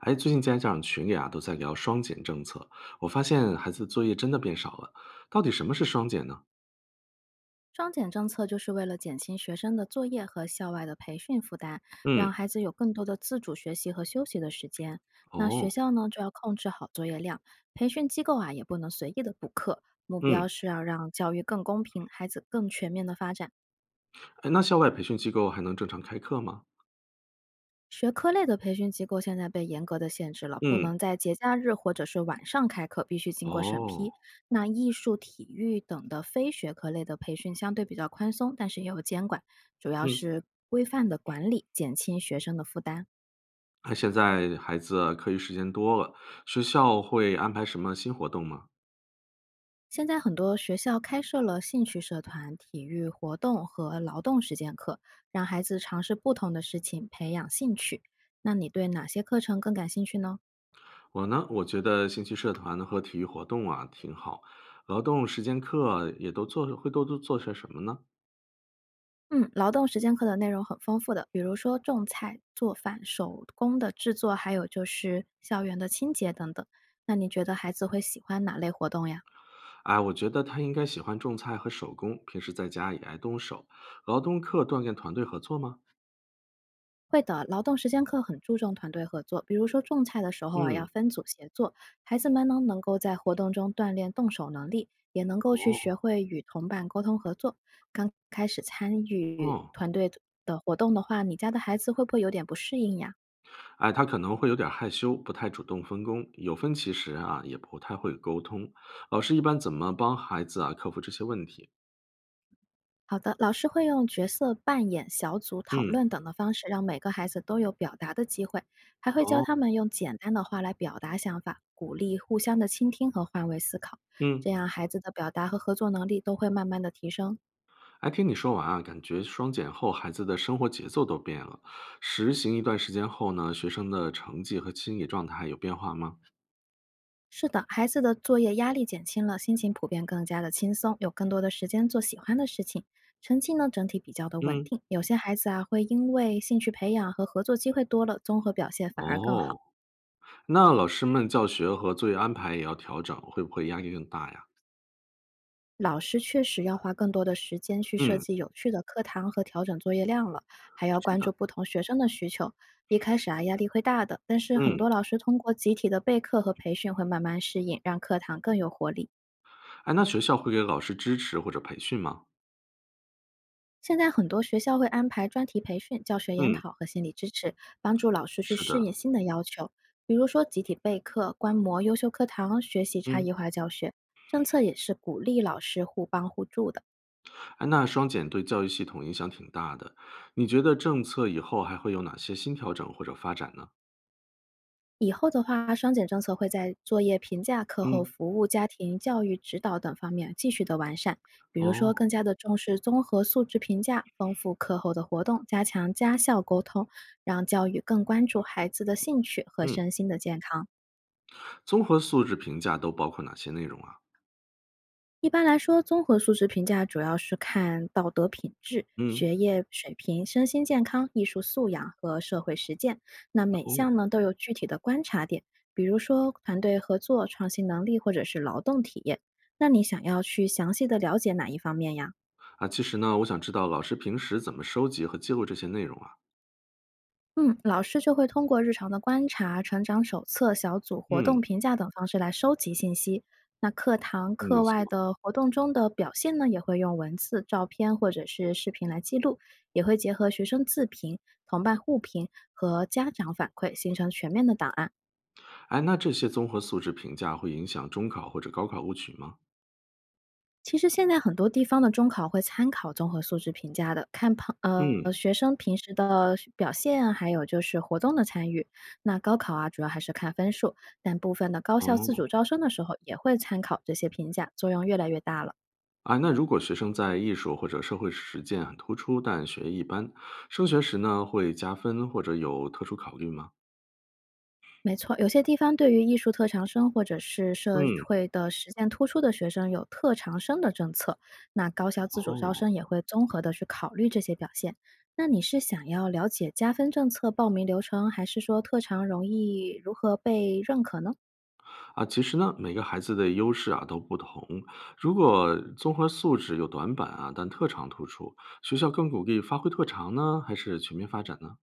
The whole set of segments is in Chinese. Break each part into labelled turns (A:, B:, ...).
A: 哎，最近家长群里啊都在聊双减政策，我发现孩子作业真的变少了。到底什么是双减呢？
B: 双减政策就是为了减轻学生的作业和校外的培训负担，让
A: 嗯，
B: 孩子有更多的自主学习和休息的时间。那学
A: 哦，
B: 校呢，就要控制好作业量，培训机构啊也不能随意的补课。目标
A: 嗯，
B: 是要让教育更公平，孩子更全面的发展。
A: 哎，那校外培训机构还能正常开课吗？
B: 学科类的培训机构现在被严格的限制了，不
A: 嗯，
B: 能在节假日或者是晚上开课，必须经过审
A: 哦，
B: 批。那艺术、体育等的非学科类的培训相对比较宽松，但是也有监管，主要
A: 嗯，
B: 是规范的管理，减轻学生的负担。
A: 那现在孩子啊课余时间多了，学校会安排什么新活动吗？
B: 现在很多学校开设了兴趣社团、体育活动和劳动实践课，让孩子尝试不同的事情，培养兴趣。那你对哪些课程更感兴趣呢？
A: 我呢，我觉得兴趣社团和体育活动啊挺好，劳动时间课也都做，会都做些什么呢？
B: 嗯，劳动时间课的内容很丰富的，比如说种菜、做饭、手工的制作，还有就是校园的清洁等等。那你觉得孩子会喜欢哪类活动呀？
A: 哎，我觉得他应该喜欢种菜和手工，平时在家也爱动手，劳动课锻炼团队合作吗？
B: 会的，劳动时间课很注重团队合作，比如说种菜的时候啊，要
A: 嗯，
B: 分组协作，孩子们呢能够在活动中锻炼动手能力，也能够去学
A: 哦，
B: 会与同伴沟通合作。刚开始参与
A: 哦，
B: 团队的活动的话，你家的孩子会不会有点不适应呀？
A: 哎，他可能会有点害羞，不太主动分工，有分歧时啊，也不太会沟通。老师一般怎么帮孩子啊克服这些问题？
B: 好的，老师会用角色扮演、小组讨
A: 嗯，
B: 论等的方式，让每个孩子都有表达的机会，还会教
A: 哦，
B: 他们用简单的话来表达想法，鼓励互相的倾听和换位思考，这
A: 嗯，
B: 样孩子的表达和合作能力都会慢慢的提升。
A: 哎，听你说完啊，感觉双减后孩子的生活节奏都变了。实行一段时间后呢，学生的成绩和心理状态有变化吗？
B: 是的，孩子的作业压力减轻了，心情普遍更加的轻松，有更多的时间做喜欢的事情，成绩呢整体比较的稳
A: 嗯，
B: 定。有些孩子啊，会因为兴趣培养和合作机会多了，综合表现反而更好。
A: 哦。那老师们教学和作业安排也要调整，会不会压力更大呀？
B: 老师确实要花更多的时间去设
A: 嗯，
B: 计有趣的课堂和调整作业量了，还要
A: 是
B: 关
A: 的，
B: 注不同学生的需求。一开始啊，压力会大的，但是很
A: 嗯，
B: 多老师通过集体的备课和培训会慢慢适应，让课堂更有活力。
A: 哎，那学校会给老师支持或者培训吗？
B: 现在很多学校会安排专题培训、教学研
A: 嗯，
B: 讨和心理支持，帮助老师去
A: 是
B: 适应
A: 的，
B: 新的要求，比如说集体备课、观摩优秀课堂、学习差异
A: 嗯，
B: 化教学。政策也是鼓励老师互帮互助的。
A: 哎，那双减对教育系统影响挺大的，你觉得政策以后还会有哪些新调整或者发展呢？
B: 以后的话，双减政策会在作业评价、课后
A: 嗯，
B: 服务、家庭教育指导等方面继续的完善，比如说
A: 哦，
B: 更加的重视综合素质评价，丰富课后的活动，加强家校沟通，让教育更关注孩子的兴趣和
A: 嗯，
B: 身心的健康。
A: 综合素质评价都包括哪些内容啊？
B: 一般来说，综合素质评价主要是看道德品质、
A: 嗯，
B: 学业水平、身心健康、艺术素养和社会实践。那每
A: 哦，
B: 项呢都有具体的观察点，比如说团队合作、创新能力或者是劳动体验。那你想要去详细的了解哪一方面呀？
A: 啊，其实呢，我想知道老师平时怎么收集和记录这些内容啊？
B: 嗯，老师就会通过日常的观察、成长手册、小组活动
A: 嗯，
B: 评价等方式来收集信息。那课堂、
A: 嗯
B: 课
A: 没
B: 外
A: 错。
B: 的活动中的表现呢，也会用文字、照片或者是视频来记录，也会结合学生自评、同伴互评和家长反馈，形成全面的档案。
A: 哎，那这些综合素质评价会影响中考或者高考录取吗？
B: 其实现在很多地方的中考会参考综合素质评价的，看旁
A: 嗯，
B: 学生平时的学表现啊，还有就是活动的参与。那高考啊，主要还是看分数，但部分的高校自
A: 哦，
B: 主招生的时候也会参考这些评价，作用越来越大了。
A: 哎，那如果学生在艺术或者社会实践很突出，但学业一般，升学时呢会加分或者有特殊考虑吗？
B: 没错，有些地方对于艺术特长生或者是社
A: 嗯，
B: 会的实践突出的学生有特长生的政策，那高校自主招
A: 哦，
B: 生也会综合的去考虑这些表现。那你是想要了解加分政策报名流程，还是说特长容易如何被认可呢？
A: 啊，其实呢，每个孩子的优势啊都不同。如果综合素质有短板啊，但特长突出，学校更鼓励发挥特长呢，还是全面发展呢？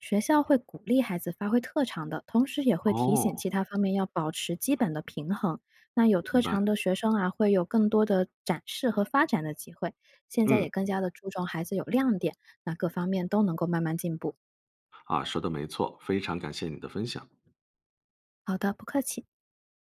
B: 学校会鼓励孩子发挥特长的，同时也会提醒
A: 哦，
B: 其他方面要保持基本的平衡。那有特
A: 明
B: 长
A: 白。
B: 的学生啊，会有更多的展示和发展的机会。现在也
A: 嗯，
B: 更加的注重孩子有亮点，那各方面都能够慢慢进步。
A: 啊，说的没错，非常感谢你的分享。
B: 好的，不客气。